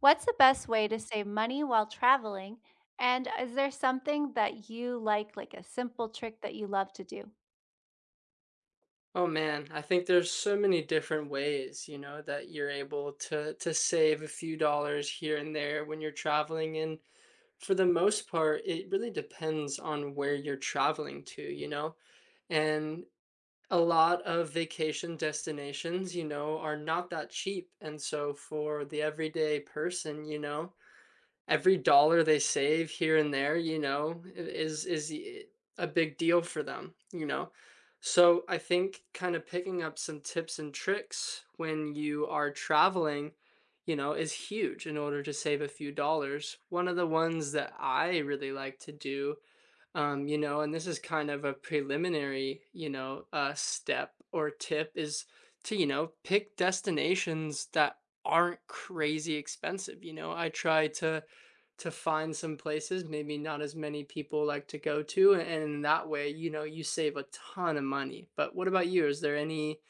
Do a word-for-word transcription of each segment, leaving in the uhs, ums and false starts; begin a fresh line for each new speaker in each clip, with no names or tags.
What's the best way to save money while traveling? And is there something that you like, like a simple trick that you love to do?
Oh man, I think there's so many different ways, you know, that you're able to to save a few dollars here and there when you're traveling. And for the most part, it really depends on where you're traveling to, you know? And a lot of vacation destinations, you know, are not that cheap. And so for the everyday person, you know, every dollar they save here and there, you know, is is a big deal for them, you know. So I think kind of picking up some tips and tricks when you are traveling, you know, is huge in order to save a few dollars. One of the ones that I really like to do um, you know, and this is kind of a preliminary, you know, uh, step or tip is to, you know, pick destinations that aren't crazy expensive. You know, I try to to find some places maybe not as many people like to go to, and in that way, you know, you save a ton of money. But what about you? Is there any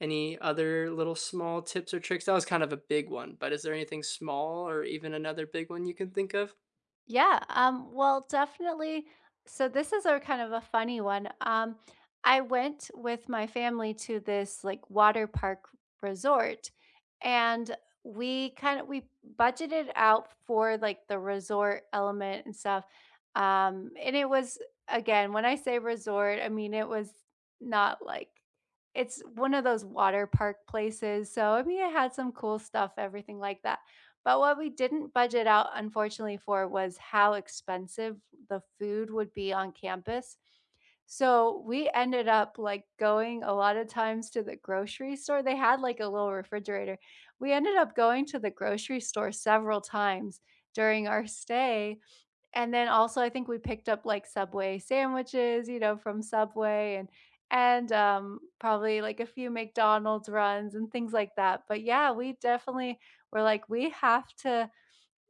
any other little small tips or tricks? That was kind of a big one, but is there anything small or even another big one you can think of?
Yeah, um, well, definitely. So this is a kind of a funny one. Um, I went with my family to this like water park resort, and we kind of we budgeted out for like the resort element and stuff. Um, and it was, again, when I say resort, I mean it was not like, it's one of those water park places. So I mean it had some cool stuff, everything like that, but what we didn't budget out, unfortunately, for was how expensive the food would be on campus. So we ended up like going a lot of times to the grocery store. They had like a little refrigerator. We ended up going to the grocery store several times during our stay, and then also, I think we picked up, like, Subway sandwiches, you know, from Subway and and, um, probably, like, a few McDonald's runs and things like that, but yeah, we definitely were like, "We have to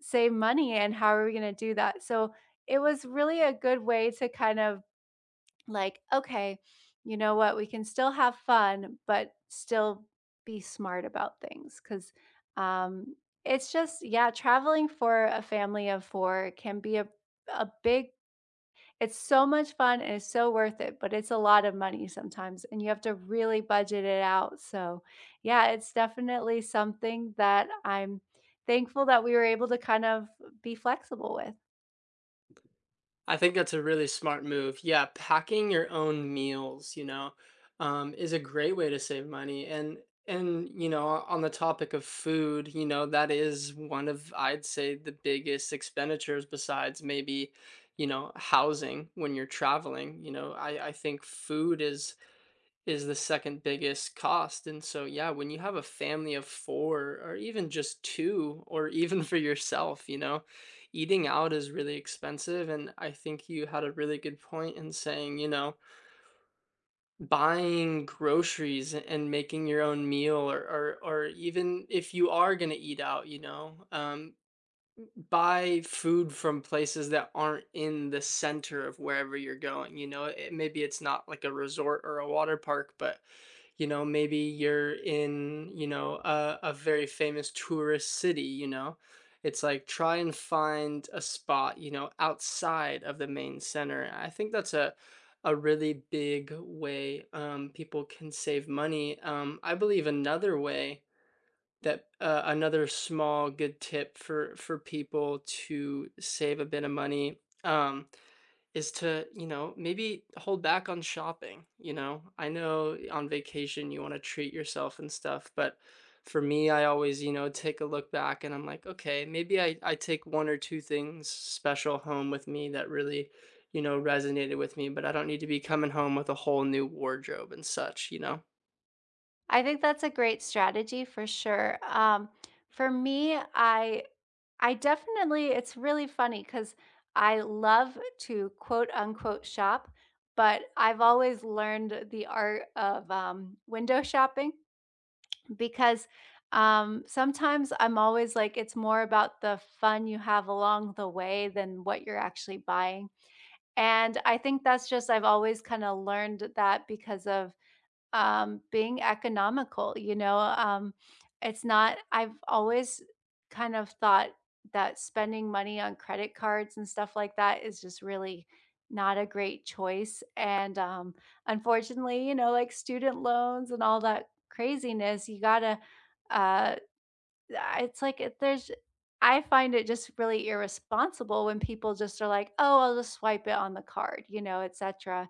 save money, and how are we gonna do that?" So, it was really a good way to kind of, like, okay, you know what? We can still have fun, but still be smart about things. Cause um, it's just, yeah, traveling for a family of four can be a, a big, it's so much fun and it's so worth it, but it's a lot of money sometimes and you have to really budget it out. So, yeah, it's definitely something that I'm thankful that we were able to kind of be flexible with.
I think that's a really smart move. Yeah, packing your own meals, you know, um, is a great way to save money. And and you know, on the topic of food, you know, that is one of I'd say the biggest expenditures besides maybe, you know, housing when you're traveling. You know, I I think food is is the second biggest cost. And so, yeah, when you have a family of four or even just two, or even for yourself, you know, eating out is really expensive. And I think you had a really good point in saying, you know, buying groceries and making your own meal, or, or, or even if you are going to eat out, you know, um, buy food from places that aren't in the center of wherever you're going. You know, it, maybe it's not like a resort or a water park, but you know, maybe you're in, you know, a, a very famous tourist city, you know. It's like, try and find a spot, you know, outside of the main center. I think that's a a really big way um, people can save money. Um, I believe another way that uh, another small good tip for for people to save a bit of money, um, is to, you know, maybe hold back on shopping, you know? I know on vacation you wanna treat yourself and stuff, but for me, I always, you know, take a look back and I'm like, "Okay, maybe I I take one or two things special home with me that really, you know, resonated with me, but I don't need to be coming home with a whole new wardrobe and such," you know?
I think that's a great strategy for sure. Um, for me, I I definitely, it's really funny because I love to quote unquote shop, but I've always learned the art of um, window shopping, because um, sometimes I'm always like it's more about the fun you have along the way than what you're actually buying. And I think that's just I've always kind of learned that because of, um, being economical, you know, um, it's not, I've always kind of thought that spending money on credit cards and stuff like that is just really not a great choice. And um, unfortunately, you know, like student loans and all that craziness, you gotta uh ah, it's like it there's, I find it just really irresponsible when people just are like, "Oh, I'll just swipe it on the card," you know, etcetera,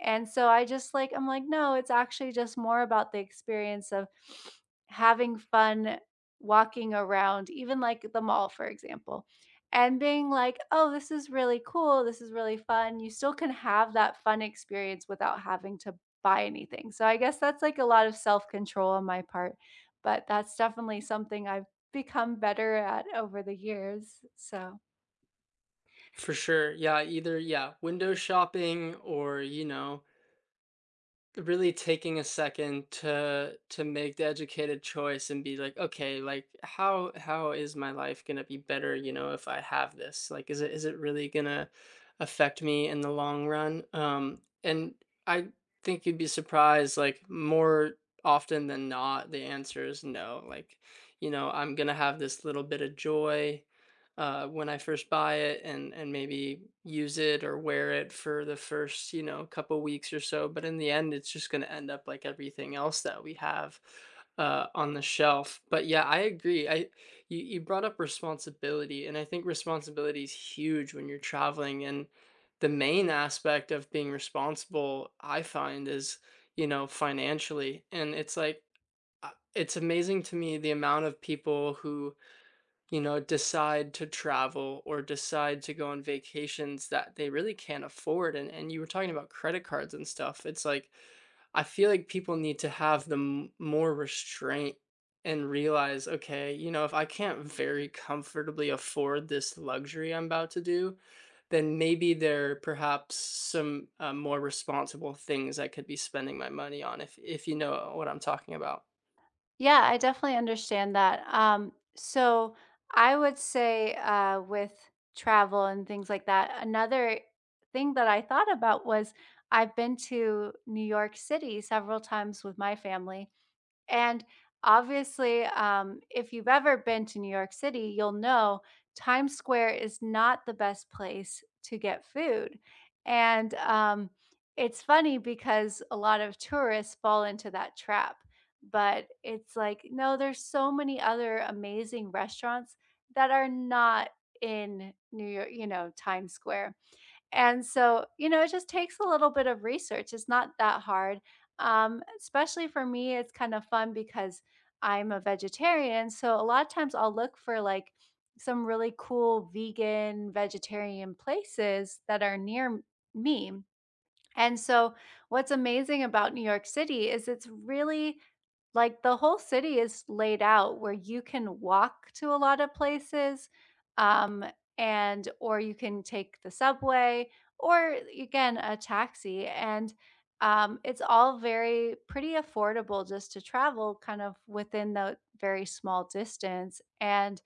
and so I just like I'm like, "No, it's actually just more about the experience of having fun walking around," even, like, the mall, for example, and being like, "Oh, this is really cool, this is really fun." You still can have that fun experience without having to buy anything, so I guess that's, like, a lot of self-control on my part, but that's definitely something I've become better at over the years. So,
For sure. Yeah, either yeah, window shopping or, you know, really taking a second to to make the educated choice and be like, okay, like how how is my life going to be better, you know, if I have this? Like is it is it really going to affect me in the long run? Um and I think you'd be surprised, like, more often than not the answer is no. Like, you know, I'm going to have this little bit of joy uh, when I first buy it and and maybe use it or wear it for the first, you know couple weeks or so. But in the end, it's just going to end up like everything else that we have uh, on the shelf. But yeah, I agree. I you you brought up responsibility, and I think responsibility is huge when you're traveling. And the main aspect of being responsible, I find, is, you know financially, and it's like. uh, It's amazing to me the amount of people who, you know, decide to travel or decide to go on vacations that they really can't afford. And and you were talking about credit cards and stuff. It's like, I feel like people need to have the m- more restraint and realize, okay, you know, if I can't very comfortably afford this luxury I'm about to do, then maybe there are perhaps some uh, more responsible things I could be spending my money on if if you know what I'm talking about.
yeah, I definitely understand that. Um, so, I would say uh, with travel and things like that, another thing that I thought about was I've been to New York City several times with my family. And obviously, um, if you've ever been to New York City, you'll know Times Square is not the best place to get food. And um, it's funny because a lot of tourists fall into that trap. But it's like, no, there's so many other amazing restaurants that are not in New York, you know, Times Square. And so, you know, it just takes a little bit of research. It's not that hard. Um, especially for me, it's kind of fun because I'm a vegetarian. So a lot of times I'll look for like some really cool vegan, vegetarian places that are near m- me. And so, what's amazing about New York City is it's really like the whole city is laid out where you can walk to a lot of places, um, and or you can take the subway or again a taxi, and um, it's all very pretty affordable just to travel kind of within the very small distance. And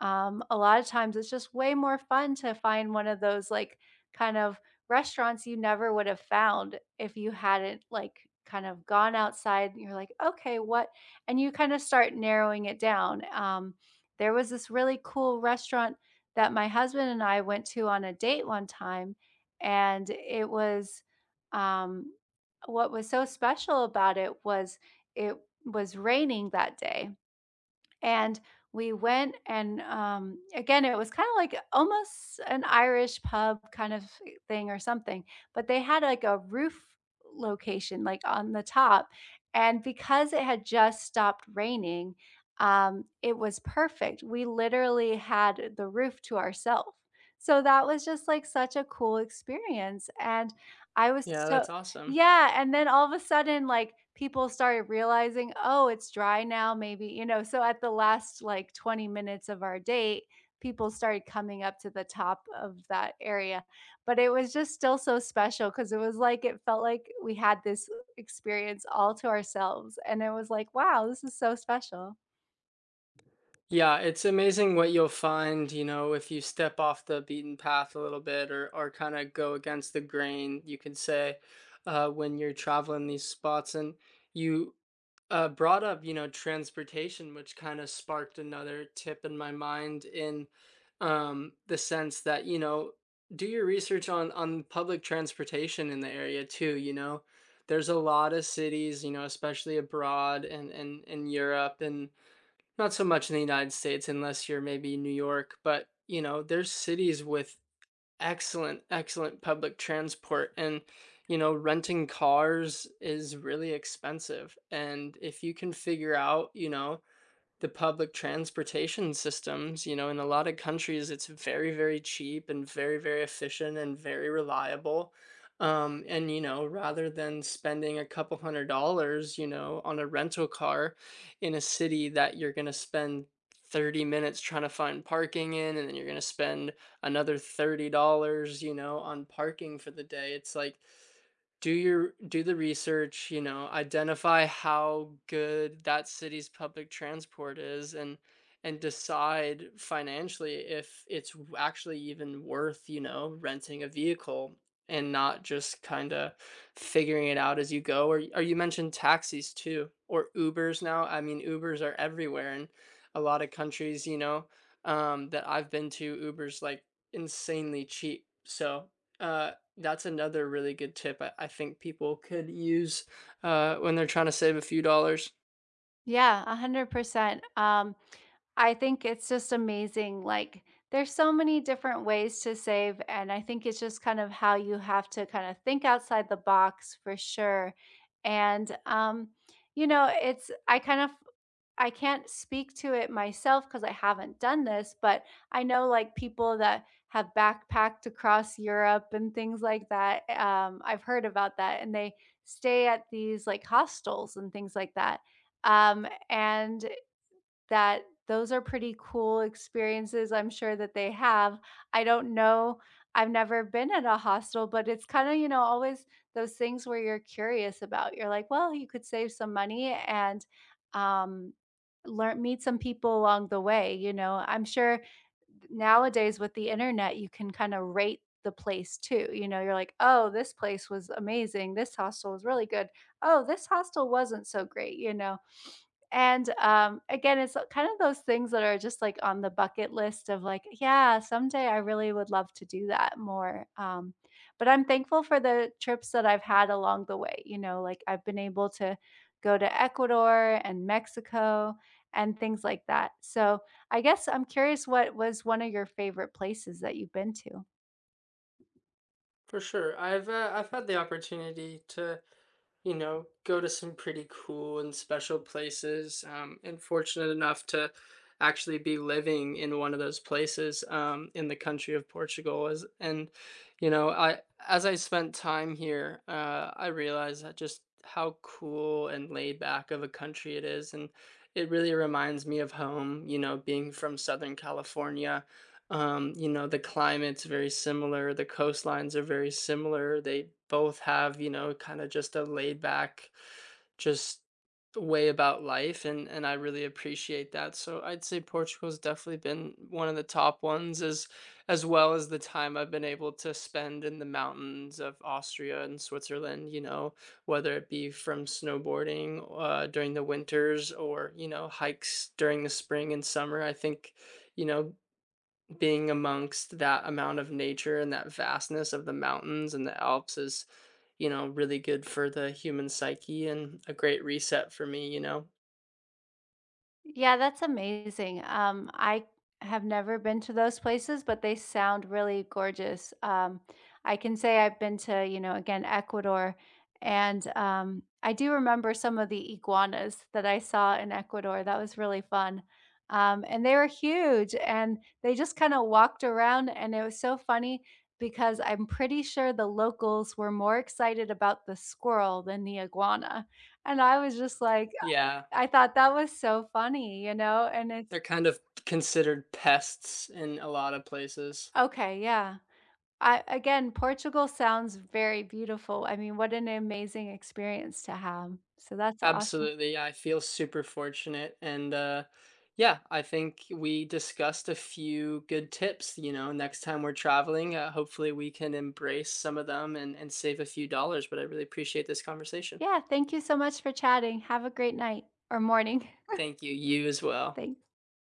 um, a lot of times, it's just way more fun to find one of those like kind of restaurants you never would have found if you hadn't, like, kind of gone outside and you're like, "Okay, what," and you kinda start narrowing it down. Um, there was this really cool restaurant that my husband and I went to on a date one time, and it was, um what was so special about it was it was raining that day. And we went and, um, again, it was kinda like almost an Irish pub kind of thing or something, but they had, like, a roof location, like, on the top, and because it had just stopped raining, um, it was perfect. We literally had the roof to ourselves. So that was just, like, such a cool experience, and I was
Yeah,
so,
that's awesome.
yeah, and then all of a sudden, like, people started realizing, "Oh, it's dry now, maybe," you know, so at the last, like, twenty minutes of our date, people started coming up to the top of that area, but it was just still so special because it was like it felt like we had this experience all to ourselves, and it was like, "Wow, this is so special."
Yeah, it's amazing what you'll find, you know, if you step off the beaten path a little bit, or or kind of go against the grain, you could say, uh, when you're traveling these spots. And you uh, brought up, you know, transportation, which kind of sparked another tip in my mind in, um, the sense that, you know, do your research on on public transportation in the area too, you know. There's a lot of cities, you know, especially abroad and and in Europe, and not so much in the United States unless you're maybe New York, but, you know, there's cities with excellent, excellent public transport and, you know, renting cars is really expensive. And if you can figure out, you know, the public transportation systems, you know, in a lot of countries, it's very, very cheap and very, very efficient and very reliable. Um, and, you know, rather than spending a couple hundred dollars, you know, on a rental car in a city that you're going to spend thirty minutes trying to find parking in, and then you're going to spend another thirty dollars you know, on parking for the day, it's like, do your do the research, you know identify how good that city's public transport is, and and decide financially if it's w- actually even worth, you know renting a vehicle, and not just kind of figuring it out as you go, or, y- or you mentioned taxis too, or Ubers now. I mean, Ubers are everywhere in a lot of countries, you know um, that I've been to. Ubers, like, insanely cheap. So, uh, that's another really good tip I I think people could use, uh, when they're trying to save a few dollars.
Yeah, one hundred percent. Um, I think it's just amazing. Like, there's so many different ways to save. And I think it's just kind of how you have to kind of think outside the box for sure. And, um, you know, it's, I kind of I can't speak to it myself because I haven't done this, but I know, like, people that have backpacked across Europe and things like that, um, I've heard about that, and they stay at these, like, hostels and things like that, um, and that those are pretty cool experiences I'm sure that they have. I don't know, I've never been at a hostel, but it's kinda, you know, always those things where you're curious about. You're like, "Well, you could save some money and, um, learn meet some people along the way," you know? I'm sure nowadays with the internet, you can kinda rate the place too, you know? You're like, "Oh, this place was amazing. This hostel was really good. Oh, this hostel wasn't so great," you know? And, um, again, it's kind of those things that are just, like, on the bucket list of, like, "Yeah, someday I really would love to do that more." Um, but I'm thankful for the trips that I've had along the way, you know, like, I've been able to go to Ecuador and Mexico and things like that. So, I guess I'm curious, what was one of your favorite places that you've been to?
For sure. I've, uh, I've had the opportunity to, you know, go to some pretty cool and special places. Um, and fortunate enough to actually be living in one of those places, um, in the country of Portugal. As and you know, I as I spent time here, uh, I realized that just how cool and laid back of a country it is, and it really reminds me of home. You know, being from Southern California, um, you know, the climate's very similar, the coastlines are very similar. They both have, you know, kind of just a laid back, just way about life, and and I really appreciate that. So I'd say Portugal's definitely been one of the top ones, as as well as the time I've been able to spend in the mountains of Austria and Switzerland, you know, whether it be from snowboarding uh, during the winters, or, you know, hikes during the spring and summer. I think, you know, being amongst that amount of nature and that vastness of the mountains and the Alps is, you know, really good for the human psyche and a great reset for me, you know?
Yeah, that's amazing. Um, I have never been to those places, but they sound really gorgeous. Um, I can say I've been to, you know, again, Ecuador, and um, I do remember some of the iguanas that I saw in Ecuador. That was really fun. Um, and they were huge, and they just kind of walked around, and it was so funny because I'm pretty sure the locals were more excited about the squirrel than the iguana. And I was just like,
Yeah,
I thought that was so funny, you know, and
they're
it's
kind of considered pests in a lot of places.
okay, yeah. I, again, Portugal sounds very beautiful. I mean, what an amazing experience to have. So that's awesome.
Absolutely. Yeah, I feel super fortunate. And uh, yeah, I think we discussed a few good tips, you know, next time we're traveling. Uh, hopefully, we can embrace some of them, and, and save a few dollars. But I really appreciate this conversation.
Yeah, thank you so much for chatting. Have a great night or morning.
Thank you. You as well.
Thanks.